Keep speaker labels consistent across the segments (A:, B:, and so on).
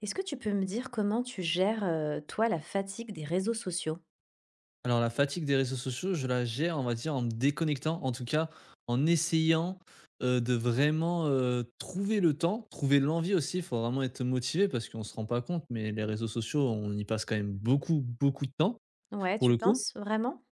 A: Est-ce que tu peux me dire comment tu gères, toi, la fatigue des réseaux sociaux?
B: Alors la fatigue des réseaux sociaux, je la gère, on va dire, en me déconnectant, en tout cas, en essayant, de vraiment, trouver le temps, trouver l'envie aussi. Il faut vraiment être motivé parce qu'on se rend pas compte, mais les réseaux sociaux, on y passe quand même beaucoup, beaucoup de temps,
A: Ouais,
B: pour
A: tu
B: le coup.
A: penses? Vraiment?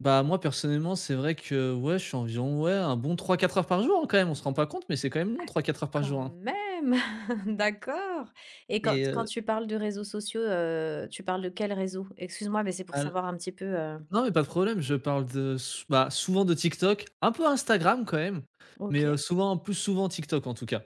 B: Bah, moi, personnellement, c'est vrai que, ouais, je suis environ, ouais, un bon trois quatre heures par jour, hein, quand même. On se rend pas compte, mais c'est quand même long
A: Ah
B: trois quatre heures par jour,
A: quand
B: hein.
A: même! D'accord. et quand
B: et
A: quand
B: heu,
A: tu parles de réseaux sociaux, tu parles de quel réseau? Excuse-moi, mais c'est pour
B: al
A: savoir un petit peu,
B: non, mais pas de problème, je parle de sou bah, souvent de TikTok, un peu Instagram quand même, mais,
A: OK,
B: souvent plus souvent TikTok, en tout cas.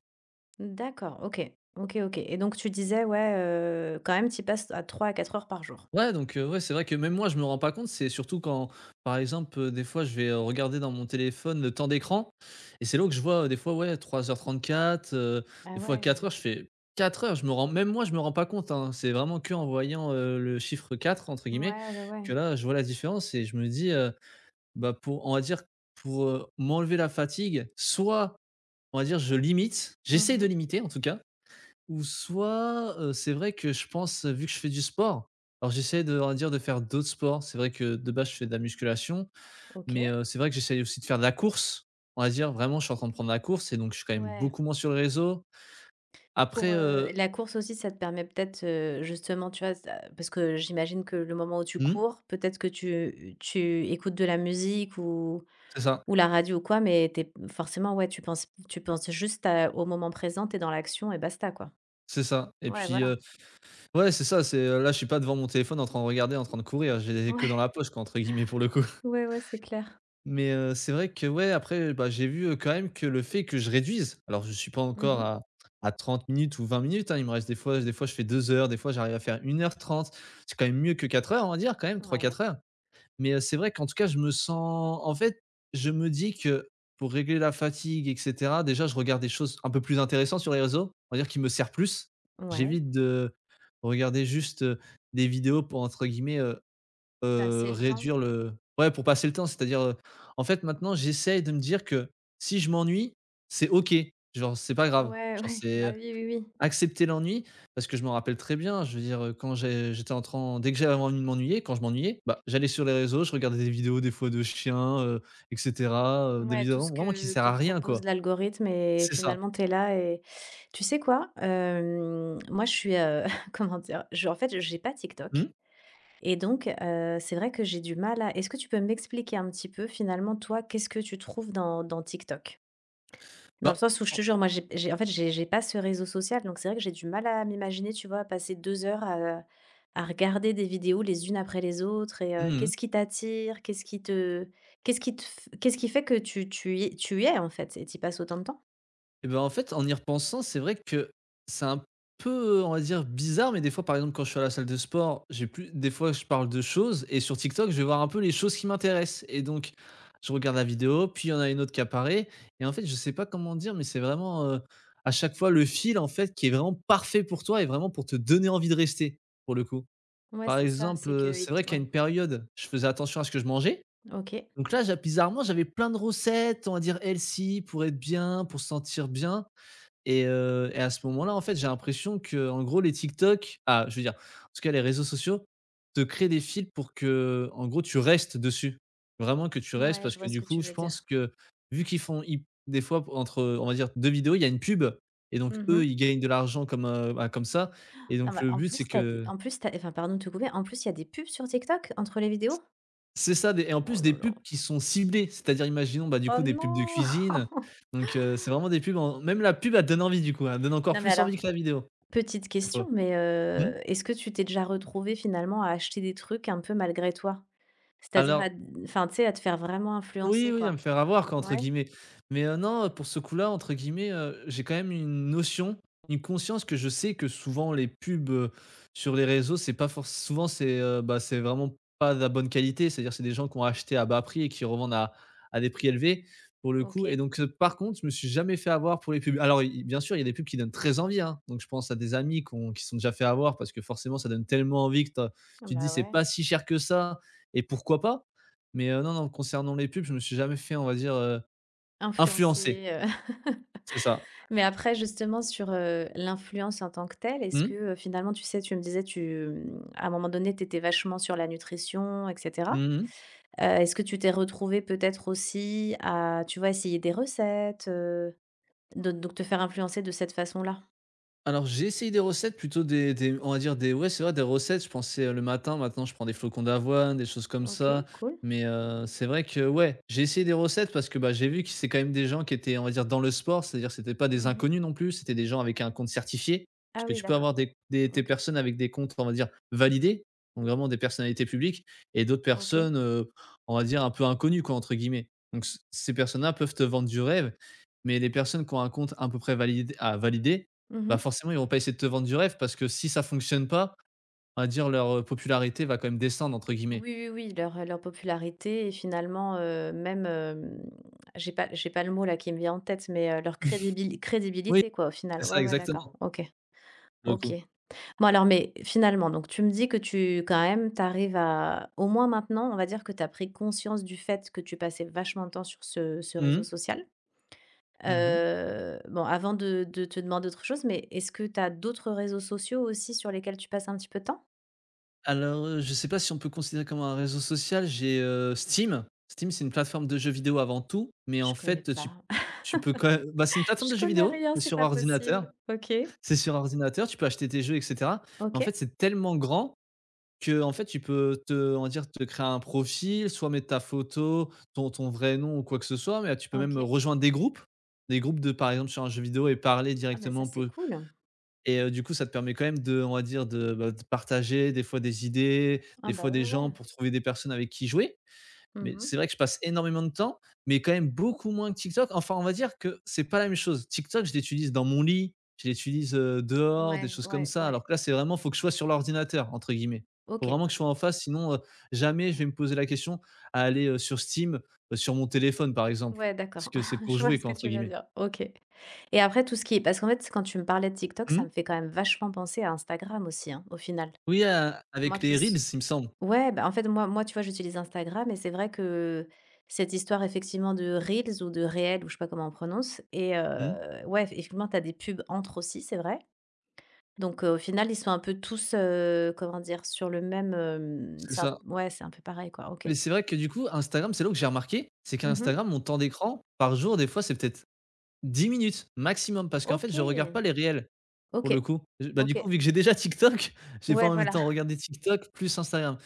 A: d'accord, OK, OK, OK. Et donc tu disais, ouais, quand même tu passes à 3 à 4 heures par jour?
B: Ouais, donc ouais, c'est vrai que même moi, je me rends pas compte. C'est surtout quand, par exemple, des fois, je vais, regarder dans mon téléphone le temps d'écran, et c'est là que je vois, des fois, ouais, 3h34,
A: Ah
B: des fois 4 heures.
A: ouais.
B: Je fais 4 heures, je me rends pas compte, hein. C'est vraiment que en voyant, le chiffre 4 entre guillemets,
A: Ouais, ouais, ouais.
B: que là, je vois la différence et je me dis, bah, pour on va dire, pour, m'enlever la fatigue, soit on va dire je limite, j'essaye de
A: Mmh.
B: limiter en tout cas, ou soit, c'est vrai que je pense, vu que je fais du sport, alors j'essaie de on va dire de faire d'autres sports. C'est vrai que de base je fais de la musculation, mais,
A: OK.
B: c'est vrai que j'essaye aussi de faire de la course. On va dire vraiment je suis en train de prendre la course et donc je suis quand même
A: Ouais.
B: beaucoup moins sur le réseau. Après,
A: Pour, la course aussi, ça te permet peut-être, justement, tu vois, ça parce que j'imagine que le moment où tu
B: mmh,
A: cours, peut-être que tu écoutes de la musique ou
B: c'est ça,
A: la radio ou quoi, mais t'es forcément, ouais, tu penses juste à au moment présent, t'es dans l'action et basta, quoi.
B: c'est ça et
A: Ouais,
B: puis,
A: voilà.
B: ouais c'est ça, c'est, là je suis pas devant mon téléphone en train de regarder, en train de courir. J'ai que dans
A: Ouais,
B: la poche quoi entre guillemets pour le coup.
A: ouais, ouais, c'est clair.
B: Mais, c'est vrai que ouais, après, bah, j'ai vu, quand même que le fait que je réduise, alors je suis pas encore
A: Mmh.
B: à 30 minutes ou 20 minutes, hein, il me reste des fois je fais 2 heures, des fois j'arrive à faire 1h30. C'est quand même mieux que 4 heures, on va dire quand même, trois
A: Ouais,
B: quatre heures. Mais, c'est vrai qu'en tout cas, je me sens en fait, je me dis que pour régler la fatigue et cetera, déjà je regarde des choses un peu plus intéressantes sur les réseaux, on va dire qui me servent plus.
A: ouais,
B: J'évite de regarder juste, des vidéos pour entre guillemets,
A: passer le temps.
B: réduire le ouais, pour passer le temps, c'est-à-dire, en fait, maintenant, j'essaye de me dire que si je m'ennuie, c'est OK. Genre, c'est pas grave.
A: Ouais,
B: Genre,
A: ouais,
B: c'est,
A: bah, oui, oui, oui.
B: accepter l'ennui, parce que je me rappelle très bien. Je veux dire, quand j'étais en train, dès que j'avais envie de m'ennuyer, quand je m'ennuyais, bah, j'allais sur les réseaux, je regardais des vidéos, des fois, de chiens, et cetera, des
A: Ouais, tout
B: vidéos
A: ce
B: vraiment qui
A: que
B: servent
A: te
B: à rien,
A: propose
B: quoi.
A: l'algorithme et
B: C'est ça.
A: finalement tu es là et tu sais quoi? Moi je suis, comment dire? Je en fait, j'ai pas TikTok
B: Mmh?
A: et donc c'est vrai que j'ai du mal à est-ce que tu peux m'expliquer un petit peu finalement toi, qu'est-ce que tu trouves dans TikTok? Dans le
B: Bah,
A: sens où je
B: en
A: te jure, moi, j'ai en fait, j'ai pas ce réseau social, donc c'est vrai que j'ai du mal à m'imaginer, tu vois, passer 2 heures à regarder des vidéos les unes après les autres. Et
B: mmh mmh.
A: qu'est-ce qui t'attire? Qu'est-ce qui te f qu'est-ce qui fait que tu y es, en fait, et tu passes autant de temps?
B: Et ben en fait, en y repensant, c'est vrai que c'est un peu, on va dire, bizarre, mais des fois, par exemple, quand je suis à la salle de sport, j'ai plus des fois, je parle de choses, et sur TikTok, je vais voir un peu les choses qui m'intéressent. Et donc, je regarde la vidéo, puis il y en a une autre qui apparaît. Et en fait, je sais pas comment dire, mais c'est vraiment, à chaque fois le fil, en fait, qui est vraiment parfait pour toi et vraiment pour te donner envie de rester, pour le coup.
A: Ouais,
B: Par
A: c'est ça,
B: exemple,
A: c'est
B: c'est
A: qu'ils te
B: vrai qu'à
A: ouais,
B: une période, je faisais attention à ce que je mangeais.
A: OK.
B: Donc là, j'a bizarrement, j'avais plein de recettes, on va dire healthy, pour être bien, pour se sentir bien. Et à ce moment-là, en fait, j'ai l'impression que, en gros, les TikTok, ah, je veux dire, en tout cas, les réseaux sociaux te créent des fils pour que, en gros, tu restes dessus. Vraiment que tu restes,
A: Ouais,
B: parce
A: je
B: que
A: vois ce
B: du
A: que
B: coup,
A: tu
B: je
A: veux
B: pense
A: dire.
B: que vu qu'ils des fois, entre, on va dire, 2 vidéos, il y a une pub, et donc eux,
A: Mmh.
B: ils gagnent de l'argent comme, bah, comme ça, et
A: Non,
B: donc
A: mais
B: le
A: en
B: but, c'est
A: plus, t'as des
B: que
A: en plus, t'as. Enfin, pardon de te couper, en plus, il y a des pubs sur TikTok entre les vidéos?
B: c'est ça, des et en
A: Oh
B: plus des
A: là là.
B: pubs qui sont ciblées, c'est-à-dire imaginons, bah, du
A: Oh
B: coup, des pubs de cuisine,
A: non!
B: donc c'est vraiment des pubs, en même la pub, elle te donne envie, du coup, elle donne encore
A: Non, mais
B: plus envie
A: alors,
B: que la vidéo,
A: petite
B: des
A: question,
B: fois.
A: mais
B: Mmh?
A: est-ce que tu t'es déjà retrouvé finalement à acheter des trucs un peu malgré toi? C'est-à-dire
B: Alors
A: à enfin, tu sais, à te faire vraiment
B: oui,
A: influencer,
B: oui, à me
A: quoi?
B: faire avoir quoi, entre
A: Ouais?
B: guillemets. Mais, non, pour ce coup-là, entre guillemets, j'ai quand même une notion, une conscience, que je sais que souvent les pubs, sur les réseaux, c'est pas forcément. Souvent c'est, bah, c'est vraiment pas de la bonne qualité. C'est-à-dire c'est des gens qui ont acheté à bas prix et qui revendent à des prix élevés, pour le coup, et
A: OK.
B: donc, par contre, je me suis jamais fait avoir pour les pubs. Alors i bien sûr, il y a des pubs qui donnent très envie, hein. Donc je pense à des amis qui sont déjà fait avoir parce que forcément ça donne tellement envie que
A: Ah
B: tu te dis:
A: bah,
B: «C'est
A: ouais.
B: pas si cher que ça, et pourquoi pas ?» Mais non, non, concernant les pubs, je me suis jamais fait, on va dire, influencer.
A: Influencer,
B: C'est ça.
A: mais après justement sur, l'influence en tant que telle, est-ce
B: Mmh.
A: que, finalement, tu sais, tu me disais tu, à un moment donné, tu étais vachement sur la nutrition et cetera.
B: Mmh mmh.
A: Est-ce que tu t'es retrouvé peut-être aussi à, tu vois, essayer des recettes, de donc te faire influencer de cette façon-là?
B: Alors, j'ai essayé des recettes, plutôt des on va dire des, ouais, c'est vrai, des recettes, je pensais, le matin, maintenant je prends des flocons d'avoine, des choses comme ça.
A: OK, cool.
B: Mais, c'est vrai que ouais, j'ai essayé des recettes parce que, bah, j'ai vu que c'est quand même des gens qui étaient, on va dire, dans le sport, c'est-à-dire c'était pas des
A: Mmh.
B: inconnus non plus, c'était des gens avec un compte certifié. Parce
A: Ah
B: que
A: oui,
B: tu peux avoir
A: d'accord.
B: des
A: OK,
B: personnes avec des comptes, on va dire, validés, donc vraiment des personnalités publiques, et d'autres
A: OK.
B: personnes, on va dire, un peu «inconnues» quoi, entre guillemets. Donc c ces personnes-là peuvent te vendre du rêve, mais les personnes qui ont un compte à peu près validé à valider,
A: Mmh.
B: bah, forcément, ils vont pas essayer de te vendre du rêve, parce que si ça fonctionne pas, on va dire leur, popularité va quand même «descendre» entre guillemets.
A: Oui, oui, oui, leur popularité et finalement, même, j'ai pas le mot là qui me vient en tête, mais, leur
B: Oui,
A: crédibilité quoi, au
B: c'est
A: final.
B: ça
A: Ouais, ouais, d'accord.
B: exactement,
A: OK,
B: pour le
A: OK.
B: coup.
A: Bon alors mais finalement, donc tu me dis que tu quand même, t'arrives à au moins maintenant, on va dire que tu as pris conscience du fait que tu passais vachement de temps sur ce réseau
B: Mmh.
A: social.
B: Mmh.
A: Bon avant de te demander autre chose, mais est-ce que tu as d'autres réseaux sociaux aussi sur lesquels tu passes un petit peu de temps?
B: Alors, je sais pas si on peut considérer comme un réseau social, j'ai, Steam. Steam, c'est une plateforme de jeux vidéo avant tout, mais en
A: Je connais
B: fait,
A: pas.
B: tu peux quand même, bah, c'est une plateforme
A: Je
B: de jeux
A: connais
B: vidéo,
A: rien,
B: c'est
A: c'est
B: sur
A: pas
B: ordinateur.
A: possible. OK.
B: C'est sur ordinateur, tu peux acheter tes jeux et cetera. Mais en
A: OK.
B: fait, c'est tellement grand que en fait, tu peux te, on va dire, te créer un profil, soit mettre ta photo, ton vrai nom ou quoi que ce soit, mais ah, tu peux même
A: OK.
B: rejoindre des groupes, de par exemple sur un jeu vidéo, et parler
A: Ah bah, ça,
B: directement
A: c'est
B: peu,
A: cool.
B: et du coup, ça te permet quand même de, on va dire de, bah, de partager des fois des idées, des
A: Ah bah,
B: fois des
A: ouais,
B: gens
A: ouais.
B: pour trouver des personnes avec qui jouer. Mais
A: Mhm.
B: c'est vrai que je passe énormément de temps, mais quand même beaucoup moins que TikTok. Enfin, on va dire que c'est pas la même chose. TikTok, je l'utilise dans mon lit, je l'utilise, dehors, des
A: Ouais,
B: choses comme
A: ouais,
B: ça.
A: ouais.
B: Alors que là, c'est vraiment, faut que je sois sur l'ordinateur, entre guillemets. Faut
A: OK.
B: vraiment que je sois en face, sinon, jamais je vais me poser la question à aller, sur Steam, sur mon téléphone, par exemple.
A: Ouais,
B: Parce
A: d'accord.
B: que c'est pour
A: Je vois
B: «jouer»
A: ce
B: quoi,
A: que
B: entre
A: tu veux
B: guillemets.
A: dire. OK. Et après tout ce qui est parce qu'en fait, quand tu me parlais de TikTok, ça
B: Mmh?
A: me fait quand même vachement penser à Instagram aussi, hein, au final.
B: Oui, a
A: Moi
B: avec
A: qui
B: les reels,
A: s
B: il me semble.
A: ouais, bah, en fait, moi, tu vois, j'utilise Instagram et c'est vrai que cette histoire effectivement de reels ou de réels ou je sais pas comment on prononce. Et
B: Mmh,
A: ouais, effectivement, tu as des pubs entre aussi, c'est vrai. Donc au final, ils sont un peu tous, comment dire? Sur le même,
B: c'est
A: c'est un
B: ça.
A: ouais, c'est un peu pareil quoi, OK.
B: Mais c'est vrai que du coup, Instagram, c'est là où que j'ai remarqué, c'est
A: Mmh.
B: qu'Instagram, mon temps d'écran par jour, des fois, c'est peut-être 10 minutes maximum, parce qu'en fait, je regarde pas
A: OK.
B: les réels, pour le
A: OK.
B: coup. J bah, du coup,
A: OK.
B: vu que j'ai déjà TikTok, j'ai pas
A: Ouais,
B: en même
A: voilà.
B: temps regardé TikTok plus Instagram.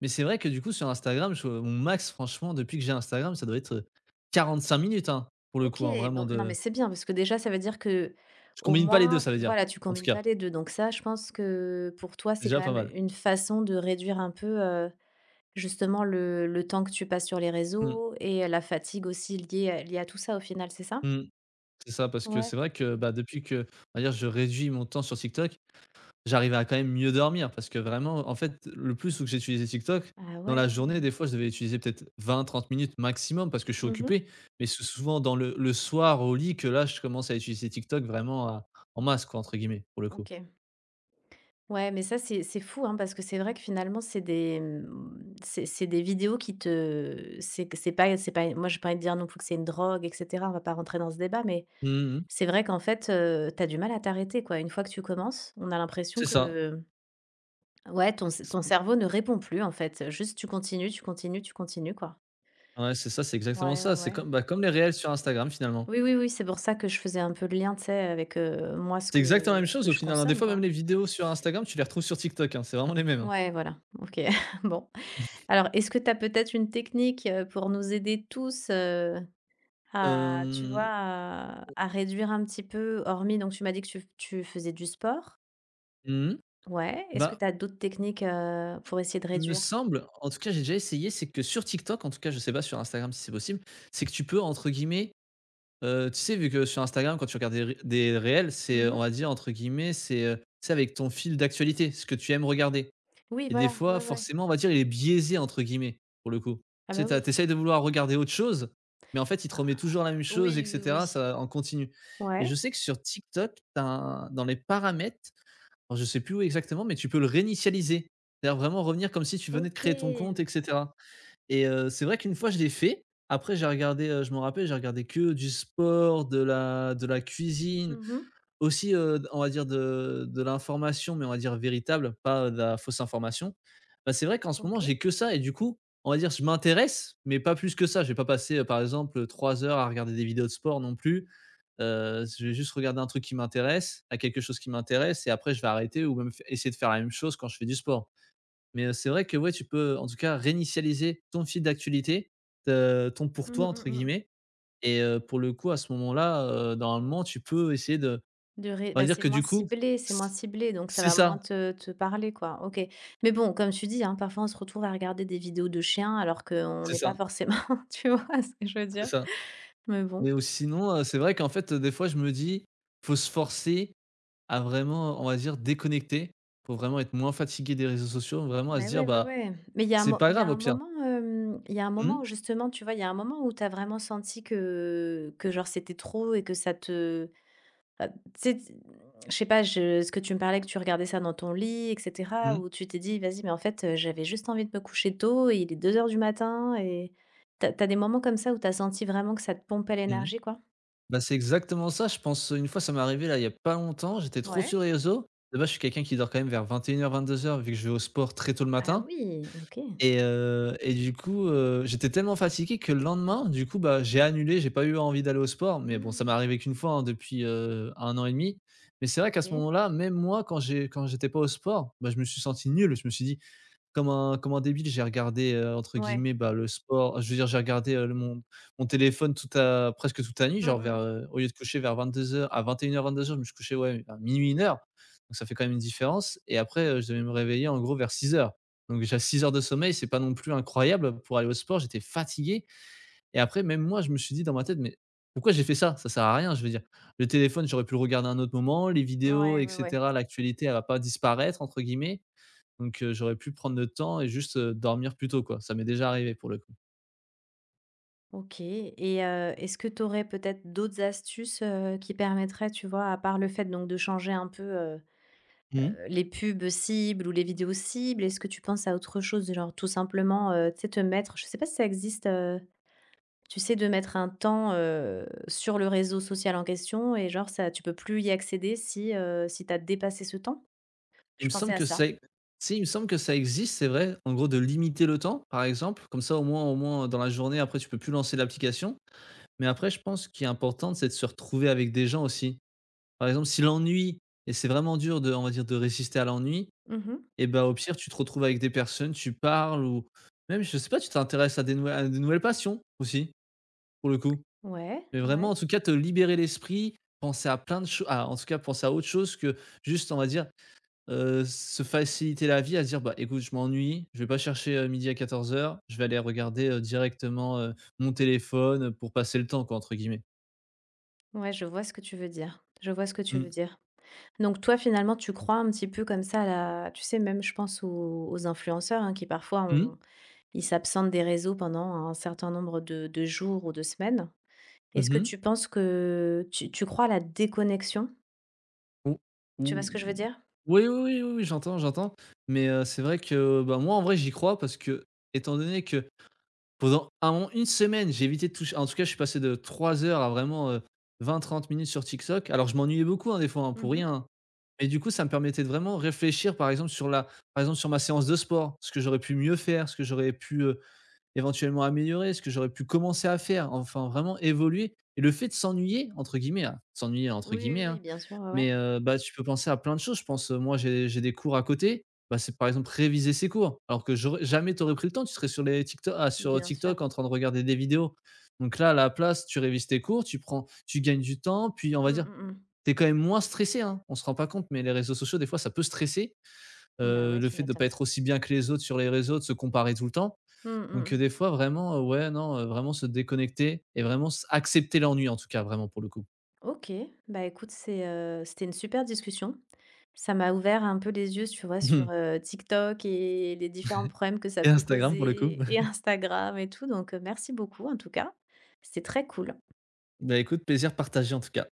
B: Mais c'est vrai que du coup, sur Instagram, je mon max, franchement, depuis que j'ai Instagram, ça doit être, 45 minutes, hein, pour le
A: OK,
B: coup, hein, vraiment
A: bon, non mais
B: de
A: c'est bien parce que déjà ça veut dire que
B: je
A: au
B: combine pas les deux,
A: moins,
B: ça veut
A: tu
B: dire,
A: voilà, tu
B: en tout
A: combines
B: cas.
A: pas les 2. Donc ça, je pense que pour toi,
B: C'est
A: c'est
B: déjà
A: quand
B: pas
A: même
B: mal.
A: une façon de réduire un peu, justement le temps que tu passes sur les
B: Mmh.
A: réseaux et la fatigue aussi liée à tout ça, au final, c'est ça?
B: Mmh. C'est ça, parce que
A: Ouais.
B: c'est vrai que, bah, depuis que, on va dire, je réduis mon temps sur TikTok. J'arrivais à quand même mieux dormir parce que vraiment, en fait, le plus où j'ai utilisé TikTok,
A: Ah
B: dans la journée,
A: ouais.
B: des fois, je devais utiliser peut-être 20, 30 minutes maximum parce que je suis
A: Mhm.
B: occupé. Mais c'est souvent dans le soir au lit que là, je commence à utiliser TikTok vraiment en masse, quoi, entre guillemets, pour le coup.
A: OK. Ouais, mais ça, c'est fou, hein, parce que c'est vrai que finalement, c'est des, c'est des vidéos qui te c'est que c'est pas moi, j'ai pas envie de dire non plus que c'est une drogue et cetera, on va pas rentrer dans ce débat, mais
B: Mmh mh.
A: c'est vrai qu'en fait, tu as du mal à t'arrêter, quoi. Une fois que tu commences, on a l'impression
B: C'est ça.
A: que, ouais, ton
B: C
A: cerveau ne répond plus, en fait. Juste, tu continues, tu continues, tu continues, quoi.
B: ouais, c'est ça, c'est exactement
A: Ouais, ouais,
B: ça. C'est
A: ouais.
B: comme, bah, comme les réels sur Instagram, finalement.
A: Oui, oui, oui, c'est pour ça que je faisais un peu le lien, tu sais, avec, moi, ce
B: C'est exactement la
A: que
B: même
A: ce
B: chose
A: que
B: au
A: je
B: final, hein. Des
A: consomme,
B: fois, même
A: quoi.
B: les vidéos sur Instagram, tu les retrouves sur TikTok, hein. C'est vraiment les mêmes, hein.
A: Ouais, voilà, OK, bon. Alors, est-ce que tu as peut-être une technique, pour nous aider tous, à tu vois,
B: Hem,
A: à réduire un petit peu, hormis donc tu m'as dit que tu faisais du sport?
B: mmh
A: Ouais. Est-ce que
B: Bah,
A: tu as d'autres techniques, pour essayer de
B: il me
A: réduire?
B: semble, en tout cas, j'ai déjà essayé, c'est que sur TikTok, en tout cas, je sais pas sur Instagram si c'est possible, c'est que tu peux entre guillemets, tu sais, vu que sur Instagram, quand tu regardes des réels, c'est, on
A: Mmh.
B: va dire entre guillemets, c'est, tu avec ton fil d'actualité, ce que tu aimes regarder,
A: Oui,
B: et des
A: voilà,
B: fois,
A: ouais, ouais.
B: forcément, on va dire, il est «biaisé» entre guillemets, pour le coup.
A: Ah
B: Tu
A: bah,
B: sais,
A: oui.
B: tu de vouloir regarder autre chose, mais en fait, il te remet
A: Ah,
B: toujours la même chose et
A: oui, oui,
B: cetera,
A: oui.
B: ça en continue. Et
A: Ouais.
B: je sais que sur TikTok, tu un dans les paramètres, alors je sais plus où exactement, mais tu peux le réinitialiser. C'est-à-dire vraiment revenir comme si tu venais de créer ton compte, et
A: OK.
B: cetera. Et c'est vrai qu'une fois je l'ai fait. Après j'ai regardé, je m'en rappelle, j'ai regardé que du sport, de la cuisine,
A: Mmh.
B: aussi, on va dire de l'information, mais on va dire véritable, pas de la fausse information. Bah, c'est vrai qu'en ce moment
A: OK.
B: j'ai que ça et du coup, on va dire je m'intéresse, mais pas plus que ça. Je vais pas passer, par exemple, 3 heures à regarder des vidéos de sport non plus. Je vais juste regarder un truc qui m'intéresse, à quelque chose qui m'intéresse et après je vais arrêter ou même essayer de faire la même chose quand je fais du sport. Mais, c'est vrai que ouais, tu peux en tout cas réinitialiser ton fil d'actualité, ton «pour
A: Mmh,
B: toi»
A: mmh
B: entre
A: mh.
B: guillemets, et pour le coup à ce moment-là, normalement tu peux essayer de
A: De ré
B: on
A: Bah,
B: va dire que du coup
A: c'est moins
B: c
A: ciblé, donc ça
B: c'est
A: va moins
B: ça,
A: te parler, quoi. OK. Mais bon, comme tu dis, hein, parfois on se retrouve à regarder des vidéos de chiens alors qu'on
B: c'est
A: n'est pas
B: ça,
A: forcément tu vois ce que je veux
B: c'est
A: dire?
B: ça.
A: Mais bon.
B: Mais ou sinon, c'est vrai qu'en fait, des fois je me dis: «Faut se forcer à vraiment, on va dire déconnecter, pour vraiment être moins fatigué des réseaux sociaux», vraiment à se
A: Mais
B: dire:
A: ouais, ouais,
B: «Bah,
A: ouais.
B: c'est pas
A: Il y a
B: grave au
A: un
B: pire».
A: moment, il y a un
B: Mmh.
A: moment où justement, tu vois, il y a un moment où tu as vraiment senti que genre c'était trop et que ça te Heu, tu sais, je sais pas, je ce que tu me parlais que tu regardais ça dans ton lit et cetera,
B: Mmh.
A: ou tu t'es dit: «Vas-y, mais en fait, j'avais juste envie de me coucher tôt et il est 2 heures du matin» et t'as as des moments comme ça où t'as senti vraiment que ça te pompait
B: Mmh.
A: l'énergie, quoi?
B: Bah, c'est exactement ça. Je pense, une fois, ça m'est arrivé là, il y a pas longtemps, j'étais trop
A: Ouais.
B: sur les réseaux. De base, je suis quelqu'un qui dort quand même vers 21:00-22:00 vu que je vais au sport très tôt le
A: Ah
B: matin,
A: oui, OK.
B: et du coup, j'étais tellement fatigué que le lendemain, du coup, bah, j'ai annulé, j'ai pas eu envie d'aller au sport, mais bon, ça m'est
A: Hmm,
B: arrivé qu'une fois, hein, depuis, 1 an et demi. Mais c'est vrai qu'à ce
A: OK.
B: moment-là, même moi, quand j'étais pas au sport, bah, je me suis senti nul. Je me suis dit: comme un débile, j'ai regardé, entre
A: Ouais.
B: guillemets, bah, le sport je veux dire, j'ai regardé, le mon mon téléphone toute la presque toute la nuit, genre vers,
A: Mmh.
B: au lieu de coucher vers 22 heures à vingt-deux et une heures 22 heures je me suis couché, ouais, à minuit, une heure, donc ça fait quand même une différence. Et après, je devais me réveiller en gros vers 6 heures, donc j'ai 6 heures de sommeil, c'est pas non plus incroyable pour aller au sport, j'étais fatigué. Et après même moi, je me suis dit dans ma tête: «Mais pourquoi j'ai fait ça? Ça sert à rien», je veux dire. Le téléphone, j'aurais pu le regarder à un autre moment, les vidéos
A: Ouais,
B: et
A: ouais, ouais.
B: cetera, l'actualité, elle va pas «disparaître» entre guillemets, donc j'aurais pu prendre le temps et juste, dormir plus tôt, quoi. Ça m'est déjà arrivé pour le coup.
A: OK. Et est-ce que tu aurais peut-être d'autres astuces, qui permettraient, tu vois, à part le fait donc de changer un peu,
B: Mmh.
A: les pubs cibles ou les vidéos cibles? Est-ce que tu penses à autre chose du genre tout simplement, tu sais, te mettre je sais pas si ça existe, tu sais, de mettre un temps, sur le réseau social en question et genre ça tu peux plus y accéder si tu as dépassé ce temps?
B: Il me
A: Je
B: semble
A: pensais à
B: que
A: ça.
B: ça, si, il me semble que ça existe, c'est vrai, en gros de limiter le temps, par exemple. Comme ça au moins dans la journée après tu peux plus lancer l'application. Mais après je pense qu'il est important c'est de se retrouver avec des gens aussi. Par exemple si l'ennui et c'est vraiment dur de on va dire de résister à l'ennui,
A: Mmh.
B: et ben au pire tu te retrouves avec des personnes, tu parles ou même je sais pas, tu t'intéresses à de nouvelles passions aussi, pour le coup.
A: Ouais,
B: Mais vraiment,
A: ouais.
B: en tout cas, te libérer l'esprit, penser à plein de choses, ah, en tout cas, penser à autre chose que juste, on va dire, se faciliter la vie à se dire: «Bah, écoute, je m'ennuie, je vais pas chercher, 12:00 à 14:00, je vais aller regarder, directement, mon téléphone, pour passer le temps quoi» entre guillemets.
A: Ouais, je vois ce que tu veux dire. Je vois ce que tu
B: Mmh.
A: veux dire. Donc toi, finalement, tu crois un petit peu comme ça là, tu sais, même je pense aux influenceurs, hein, qui parfois
B: Mmh.
A: ont ils s'absentent des réseaux pendant un certain nombre de jours ou de semaines. Est-ce que
B: Mmh.
A: tu penses que tu crois à la déconnexion?
B: Ou
A: Tu vois
B: ou
A: ce que je veux dire?
B: oui, oui, oui, oui, oui, j'entends, j'entends. Mais, c'est vrai que, bah, moi, en vrai, j'y crois parce que étant donné que pendant un moment, 1 semaine, j'ai évité de toucher en tout cas, je suis passé de 3 heures à vraiment, 20-30 minutes sur TikTok. Alors je m'ennuyais beaucoup, hein, des fois, hein, pour
A: Mmh.
B: rien, hein. Mais du coup, ça me permettait de vraiment réfléchir, par exemple, sur la par exemple, sur ma séance de sport, ce que j'aurais pu mieux faire, ce que j'aurais pu, éventuellement améliorer, ce que j'aurais pu commencer à faire, enfin vraiment évoluer. Et le fait de s'ennuyer, entre guillemets, hein, s'ennuyer entre
A: Oui, oui,
B: guillemets, hein,
A: oui, bien sûr, ouais, ouais,
B: mais bah, tu peux penser à plein de choses. Je pense, moi j'ai des cours à côté, bah, c'est par exemple réviser ses cours, alors que j'aurais jamais t'aurais pris le temps, tu serais sur les TikTok, ah, sur
A: bien sûr.
B: TikTok en train de regarder des vidéos. Donc là, à la place, tu révises tes cours, tu gagnes du temps, puis on va
A: Mmh,
B: dire,
A: mmh mh.
B: tu es quand même moins stressé, hein. On se rend pas compte, mais les réseaux sociaux, des fois, ça peut stresser,
A: Bah, ouais,
B: le
A: tu
B: fait de ne pas
A: m'étonnes.
B: être aussi bien que les autres sur les réseaux, de se comparer tout le temps.
A: Mmh, mmh
B: Donc,
A: mh.
B: des fois vraiment, ouais, non, vraiment se déconnecter et vraiment s accepter l'ennui en tout cas, vraiment pour le coup.
A: OK, bah, écoute, c'était une super discussion. Ça m'a ouvert un peu les yeux, tu vois, sur, TikTok et les différents problèmes que ça
B: Et
A: peut
B: Instagram pour le coup.
A: causer et Instagram et tout, donc, merci beaucoup en tout cas. C'était très cool.
B: Bah, écoute, plaisir partagé en tout cas.